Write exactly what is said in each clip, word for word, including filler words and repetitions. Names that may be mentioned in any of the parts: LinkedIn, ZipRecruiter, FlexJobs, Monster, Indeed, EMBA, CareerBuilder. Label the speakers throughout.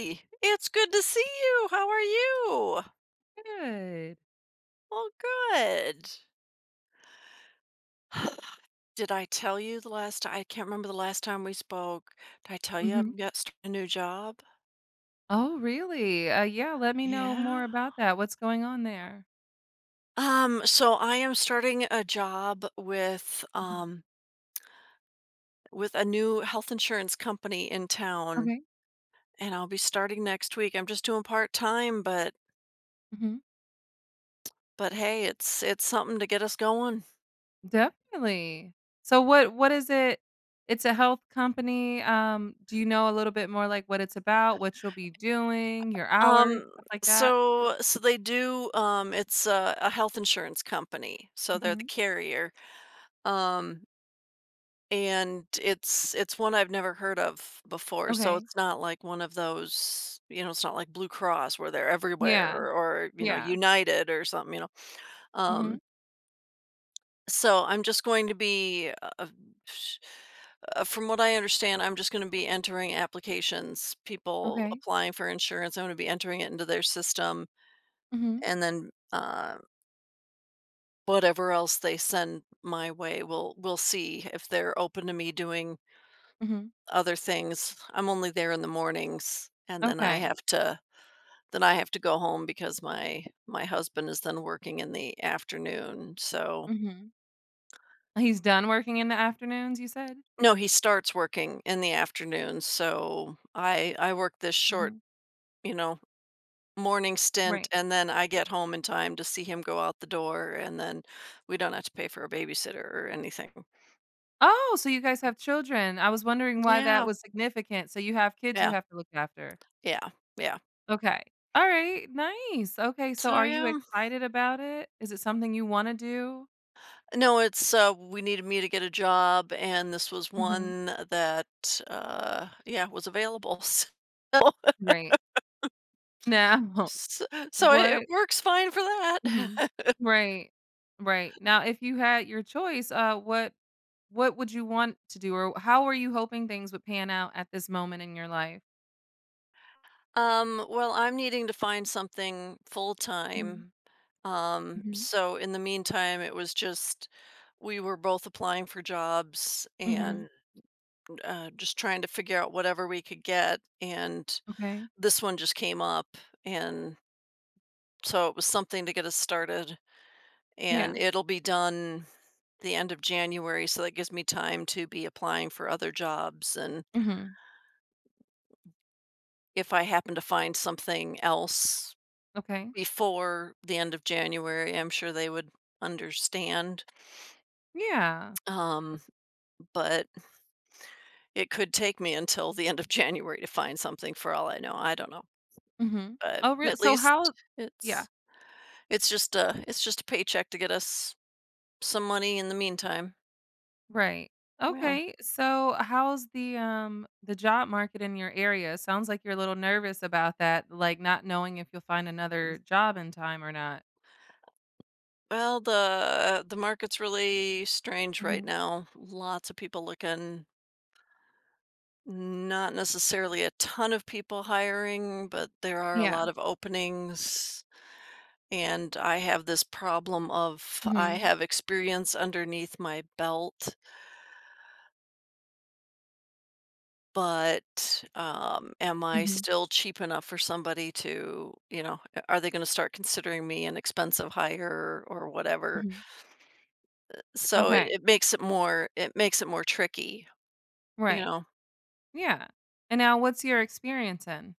Speaker 1: Hey, it's good to see you. How are you?
Speaker 2: Good.
Speaker 1: Well, good. Did I tell you the last ti I can't remember the last time we spoke. Did I tell you
Speaker 2: Mhm.
Speaker 1: I've got st a new job?
Speaker 2: Oh, really? Uh, yeah, let me know more
Speaker 1: Yeah.
Speaker 2: about that. What's going on there?
Speaker 1: Um, so I am starting a job with,
Speaker 2: Mhm.
Speaker 1: um with a new health insurance company in town,
Speaker 2: Okay.
Speaker 1: and I'll be starting next week. I'm just doing part-time, but
Speaker 2: Mhm.
Speaker 1: but hey, it's it's something to get us going.
Speaker 2: Definitely. So what what is it? It's a health company. Um, do you know a little bit more like what it's about, what you'll be doing, your hours,
Speaker 1: Um,
Speaker 2: stuff like that?
Speaker 1: so so they do, um, it's a a health insurance company, so they're the
Speaker 2: Mhm.
Speaker 1: carrier, um, and it's it's one I've never heard of before, so
Speaker 2: Okay.
Speaker 1: it's not like one of those, you know, it's not like Blue Cross where they're everywhere
Speaker 2: Yeah.
Speaker 1: or or, you know,
Speaker 2: Yeah.
Speaker 1: United or something, you know?
Speaker 2: Mhm.
Speaker 1: Um, so I'm just going to be, uh, uh, sh uh, from what I understand, I'm just gonna be entering applications, people
Speaker 2: Okay.
Speaker 1: applying for insurance, I'm gonna be entering it into their system
Speaker 2: Mhm.
Speaker 1: and then, uh whatever else they send my way, we'll we'll see if they're open to me doing
Speaker 2: Mhm.
Speaker 1: other things. I'm only there in the mornings and then I
Speaker 2: Okay.
Speaker 1: have to then I have to go home because my my husband is then working in the afternoon. So
Speaker 2: Mhm. He's done working in the afternoons, you said?
Speaker 1: no, he starts working in the afternoon. So I I work this short,
Speaker 2: Mhm.
Speaker 1: you know, morning stint
Speaker 2: Right.
Speaker 1: and then I get home in time to see him go out the door and then we don't have to pay for a babysitter or anything.
Speaker 2: Oh, so you guys have children. I was wondering why that
Speaker 1: Yeah.
Speaker 2: was significant. So you have kids you
Speaker 1: Yeah.
Speaker 2: have to look after.
Speaker 1: Yeah. Yeah.
Speaker 2: Okay. All right, nice. Okay, so
Speaker 1: So
Speaker 2: are you
Speaker 1: yeah,
Speaker 2: excited about it? Is it something you wanna do?
Speaker 1: no, it's uh, we needed me to get a job, and this was
Speaker 2: Mhm.
Speaker 1: one that uh, yeah was available. So
Speaker 2: Right. Now,
Speaker 1: so, so it,
Speaker 2: what
Speaker 1: it works fine for that.
Speaker 2: Mhm. Right. Right. Now, if you had your choice, uh, what what would you want to do, or how are you hoping things would pan out at this moment in your life?
Speaker 1: um, well, I'm needing to find something full
Speaker 2: Mhm.
Speaker 1: time. Um,
Speaker 2: Mhm.
Speaker 1: so in the meantime, it was just we were both applying for jobs
Speaker 2: Mhm.
Speaker 1: and uh, just trying to figure out whatever we could get, and
Speaker 2: Okay.
Speaker 1: this one just came up, and so it was something to get us started.
Speaker 2: Yeah.
Speaker 1: And it'll be done the end of January, so that gives me time to be applying for other jobs, and
Speaker 2: Mhm.
Speaker 1: if I happen to find something else
Speaker 2: Okay.
Speaker 1: before the end of January, I'm sure they would understand,
Speaker 2: Yeah.
Speaker 1: um, but it could take me until the end of January to find something for all I know, I don't know,
Speaker 2: Mhm.
Speaker 1: but
Speaker 2: Oh, real
Speaker 1: at
Speaker 2: so
Speaker 1: least
Speaker 2: how Yeah,
Speaker 1: it's it's just a it's just a paycheck to get us some money in the meantime,
Speaker 2: right.
Speaker 1: yeah.
Speaker 2: Okay, so how's the, um, the job market in your area? Sounds like you're a little nervous about that, like, not knowing if you'll find another job in time or not.
Speaker 1: Well, the the market's really strange right
Speaker 2: Mhm.
Speaker 1: now. Lots of people looking, not necessarily a ton of people hiring, but there are a
Speaker 2: Yeah.
Speaker 1: lot of openings. And I have this problem of I
Speaker 2: Mhm.
Speaker 1: have experience underneath my belt, but um, am I
Speaker 2: Mhm.
Speaker 1: still cheap enough for somebody to, you know, are they going to start considering me an expensive hire or whatever?
Speaker 2: Mhm.
Speaker 1: So it,
Speaker 2: Okay.
Speaker 1: it makes it more it makes it more tricky, you
Speaker 2: Right.
Speaker 1: know.
Speaker 2: Yeah. And now what's your experience in?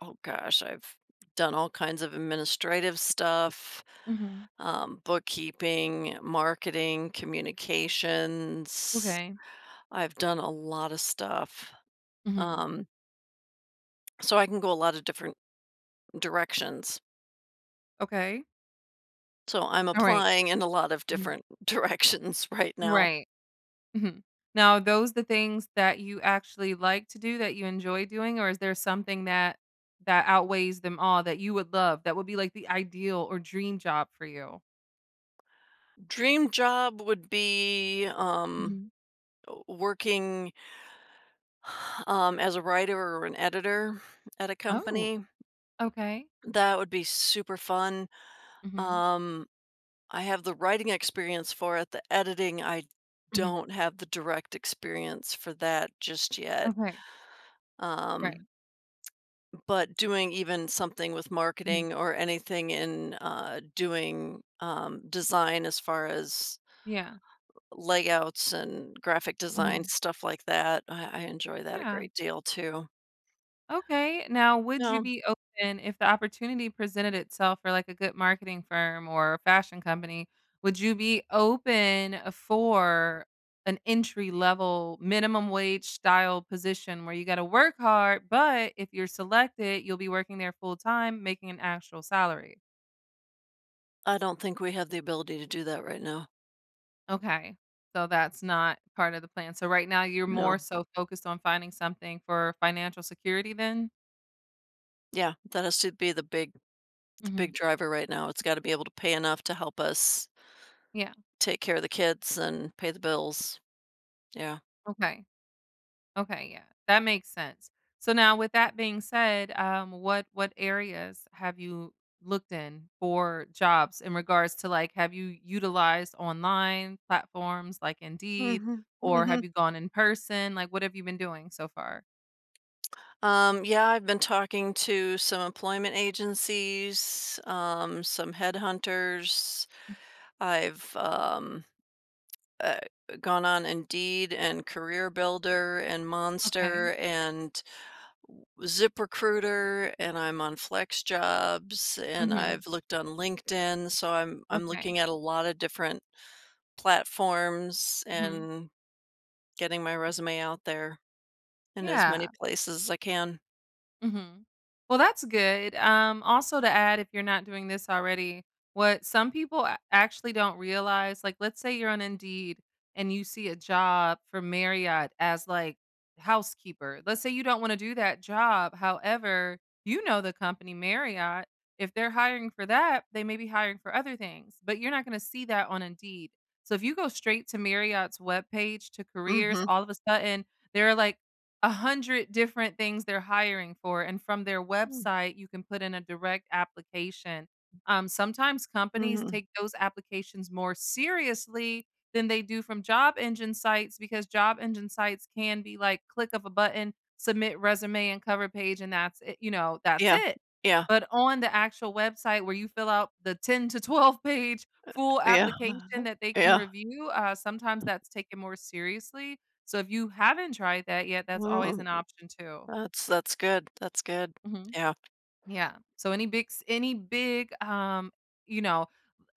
Speaker 1: Oh gosh, I've done all kinds of administrative stuff,
Speaker 2: Mhm.
Speaker 1: um, bookkeeping, marketing, communications.
Speaker 2: Okay.
Speaker 1: I've done a lot of stuff.
Speaker 2: Mhm.
Speaker 1: Um, so I can go a lot of different directions.
Speaker 2: Okay.
Speaker 1: So I'm
Speaker 2: Alright.
Speaker 1: applying in a lot of
Speaker 2: Mhm.
Speaker 1: different directions right now.
Speaker 2: Right. Mhm. Now, are those the things that you actually like to do, that you enjoy doing, or is there something that that outweighs them all that you would love, that would be, like, the ideal or dream job for you?
Speaker 1: Dream job would be um,
Speaker 2: Mhm.
Speaker 1: w- working um, as a writer or an editor at a
Speaker 2: Oh,
Speaker 1: company.
Speaker 2: okay.
Speaker 1: That would be super fun.
Speaker 2: Mhm.
Speaker 1: Um, I have the writing experience for it, the editing, I
Speaker 2: Mhm.
Speaker 1: don't have the direct experience for that just yet.
Speaker 2: Okay. Right.
Speaker 1: Um, but doing even something with
Speaker 2: Mhm.
Speaker 1: marketing or anything in uh, doing um, design as far as
Speaker 2: Yeah.
Speaker 1: layouts and graphic design,
Speaker 2: Mhm.
Speaker 1: stuff like that, I, I enjoy that a
Speaker 2: Yeah.
Speaker 1: great deal too.
Speaker 2: Okay. Now, would you
Speaker 1: No,
Speaker 2: be open if the opportunity presented itself for like a good marketing firm or a fashion company? Would you be open for an entry level minimum wage style position where you got to work hard, but if you're selected, you'll be working there full time, making an actual salary?
Speaker 1: I don't think we have the ability to do that right now.
Speaker 2: Okay. So that's not part of the plan. So right now you're more
Speaker 1: No.
Speaker 2: so focused on finding something for financial security then?
Speaker 1: Yeah, that has to be the big the
Speaker 2: Hmm.
Speaker 1: big driver right now. It's got to be able to pay enough to help us
Speaker 2: Yeah.
Speaker 1: take care of the kids and pay the bills. Yeah.
Speaker 2: Okay. Okay, yeah. That makes sense. So now with that being said, um, what what areas have you looked in for jobs in regards to like have you utilized online platforms like Indeed
Speaker 1: Mhm,
Speaker 2: or have
Speaker 1: mhm.
Speaker 2: you gone in person? Like what have you been doing so far?
Speaker 1: Um, yeah, I've been talking to some employment agencies, um, some headhunters. I've, um, uh, gone on Indeed and CareerBuilder and
Speaker 2: Okay.
Speaker 1: Monster and ZipRecruiter, and I'm on FlexJobs, and
Speaker 2: Mhm.
Speaker 1: I've looked on LinkedIn, so I'm I'm
Speaker 2: Okay.
Speaker 1: looking at a lot of different platforms
Speaker 2: Mhm.
Speaker 1: and getting my resume out there. In as many
Speaker 2: Yeah.
Speaker 1: places as I can.
Speaker 2: Mhm. Well, that's good. Um, also, to add, if you're not doing this already, what some people a- actually don't realize, like let's say you're on Indeed and you see a job for Marriott as like housekeeper. Let's say you don't want to do that job. However, you know the company Marriott. If they're hiring for that, they may be hiring for other things, but you're not going to see that on Indeed. So if you go straight to Marriott's webpage to careers,
Speaker 1: Mhm,
Speaker 2: all of a sudden there are like one hundred different things they're hiring for, and from their website, you can put in a direct application. Um, sometimes companies
Speaker 1: mhm.
Speaker 2: take those applications more seriously than they do from job engine sites because job engine sites can be like click of a button, submit resume and cover page, and that's it. You know, that's
Speaker 1: Yeah,
Speaker 2: it.
Speaker 1: yeah,
Speaker 2: But on the actual website where you fill out the ten to twelve page full
Speaker 1: yeah,
Speaker 2: application that they can
Speaker 1: yeah.
Speaker 2: review, uh, sometimes that's taken more seriously, so if you haven't tried that yet, that's always
Speaker 1: Mm,
Speaker 2: an option too.
Speaker 1: that's that's good, that's good.
Speaker 2: Mhm.
Speaker 1: Yeah.
Speaker 2: Yeah. So any big s any big, um, you know,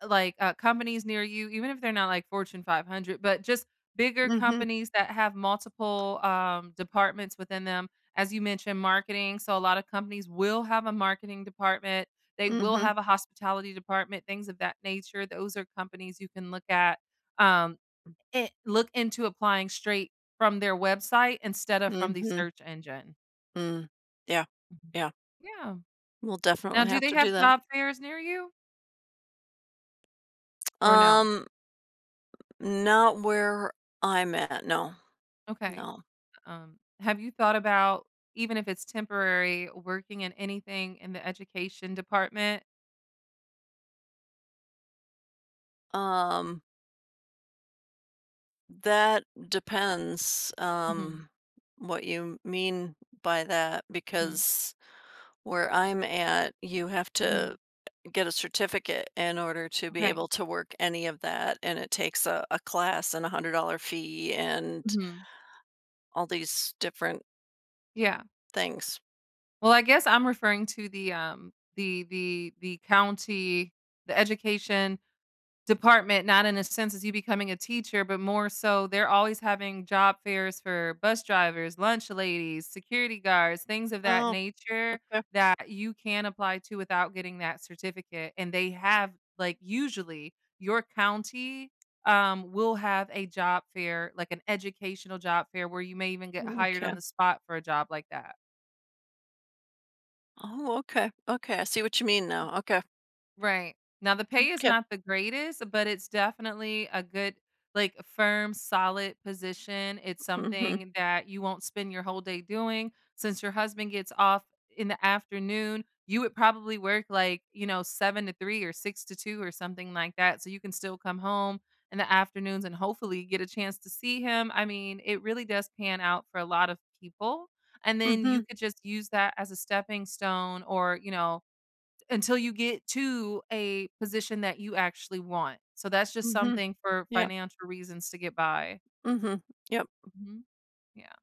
Speaker 2: like, uh, companies near you, even if they're not like Fortune five hundred, but just bigger
Speaker 1: Mhm,
Speaker 2: companies that have multiple, um, departments within them. As you mentioned, marketing, so a lot of companies will have a marketing department. They will
Speaker 1: mhm,
Speaker 2: have a hospitality department, things of that nature. Those are companies you can look at, um, it look into applying straight from their website instead of from the
Speaker 1: mhm,
Speaker 2: search engine.
Speaker 1: mm. Yeah,
Speaker 2: Mhm.
Speaker 1: yeah.
Speaker 2: Yeah.
Speaker 1: We'll
Speaker 2: Now
Speaker 1: definitely
Speaker 2: do
Speaker 1: have
Speaker 2: they
Speaker 1: to do
Speaker 2: have
Speaker 1: that.
Speaker 2: job fairs near you? Or no?
Speaker 1: Um, not where I'm at, no,
Speaker 2: Okay.
Speaker 1: no.
Speaker 2: Um, have you thought about, even if it's temporary, working in anything in the education department?
Speaker 1: Um, that depends,
Speaker 2: Mhm,
Speaker 1: um, what you mean by that
Speaker 2: mhm,
Speaker 1: because where I'm at, you have
Speaker 2: mhm,
Speaker 1: to get a certificate in order to be
Speaker 2: okay,
Speaker 1: able to work any of that, and it takes a a class and a one hundred dollar fee and
Speaker 2: mhm,
Speaker 1: all these different
Speaker 2: yeah.
Speaker 1: things.
Speaker 2: Well, I guess I'm referring to the, um, the the the county, the education department, not in a sense as you becoming a teacher, but more so they're always having job fairs for bus drivers, lunch ladies, security guards, things of that
Speaker 1: Oh,
Speaker 2: nature
Speaker 1: okay.
Speaker 2: that you can apply to without getting that certificate. And they have like usually your county um will have a job fair, like an educational job fair where you may even get hired
Speaker 1: Okay.
Speaker 2: on the spot for a job like that.
Speaker 1: Oh, okay, okay, I see what you mean now. Okay,
Speaker 2: Right. Now the pay is
Speaker 1: okay.
Speaker 2: not the greatest, but it's definitely a good like firm, solid position. It's
Speaker 1: Mhm,
Speaker 2: something that you won't spend your whole day doing. Since your husband gets off in the afternoon, you would probably work like, you know, seven to three or six to two or something like that, so you can still come home in the afternoons and hopefully get a chance to see him. I mean, it really does pan out for a lot of people. And then you
Speaker 1: mhm,
Speaker 2: could just use that as a stepping stone or, you know, until you get to a position that you actually want. So that's just
Speaker 1: mhm,
Speaker 2: something for
Speaker 1: yeah,
Speaker 2: financial reasons to get by.
Speaker 1: mhm, yep,
Speaker 2: Mhm. Yeah.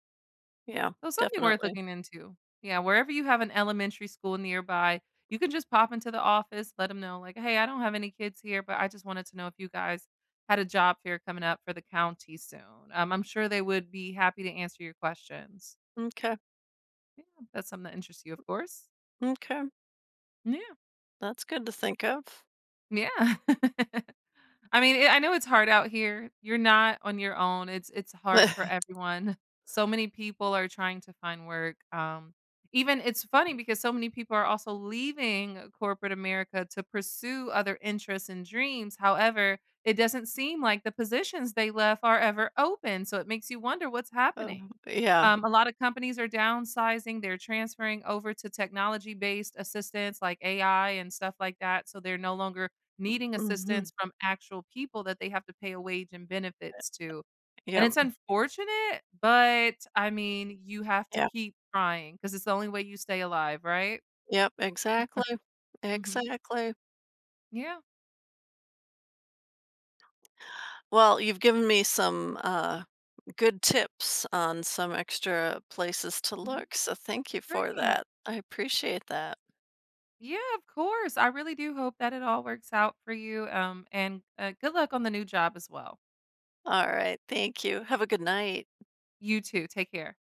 Speaker 1: yeah,
Speaker 2: So something worth
Speaker 1: definitely.
Speaker 2: looking into. Yeah, wherever you have an elementary school nearby, you can just pop into the office, let them know like, "Hey, I don't have any kids here, but I just wanted to know if you guys had a job fair coming up for the county soon." Um, I'm sure they would be happy to answer your questions.
Speaker 1: Okay.
Speaker 2: Yeah, that's something that interests you, of course.
Speaker 1: Okay.
Speaker 2: Yeah.
Speaker 1: That's good to think of.
Speaker 2: Yeah. I mean, it I know it's hard out here. You're not on your own. It's it's hard for everyone. So many people are trying to find work. Um, even it's funny because so many people are also leaving corporate America to pursue other interests and dreams. However, it doesn't seem like the positions they left are ever open, so it makes you wonder what's
Speaker 1: Uh,
Speaker 2: happening.
Speaker 1: yeah,
Speaker 2: Um, a lot of companies are downsizing. They're transferring over to technology-based assistants like A I and stuff like that. So they're no longer needing
Speaker 1: mhm,
Speaker 2: assistance from actual people that they have to pay a wage and benefits to. And
Speaker 1: yep,
Speaker 2: it's unfortunate, but I mean, you have to
Speaker 1: yeah,
Speaker 2: keep trying because it's the only way you stay alive, right?
Speaker 1: yep, exactly,
Speaker 2: Mhm.
Speaker 1: exactly.
Speaker 2: Yeah.
Speaker 1: Well, you've given me some, uh good tips on some extra places to
Speaker 2: Mhm.
Speaker 1: look. So thank you for
Speaker 2: Great.
Speaker 1: that. I appreciate that.
Speaker 2: Yeah, of course. I really do hope that it all works out for you. Um, and uh, good luck on the new job as well.
Speaker 1: All right. Thank you. Have a good night.
Speaker 2: You too. Take care.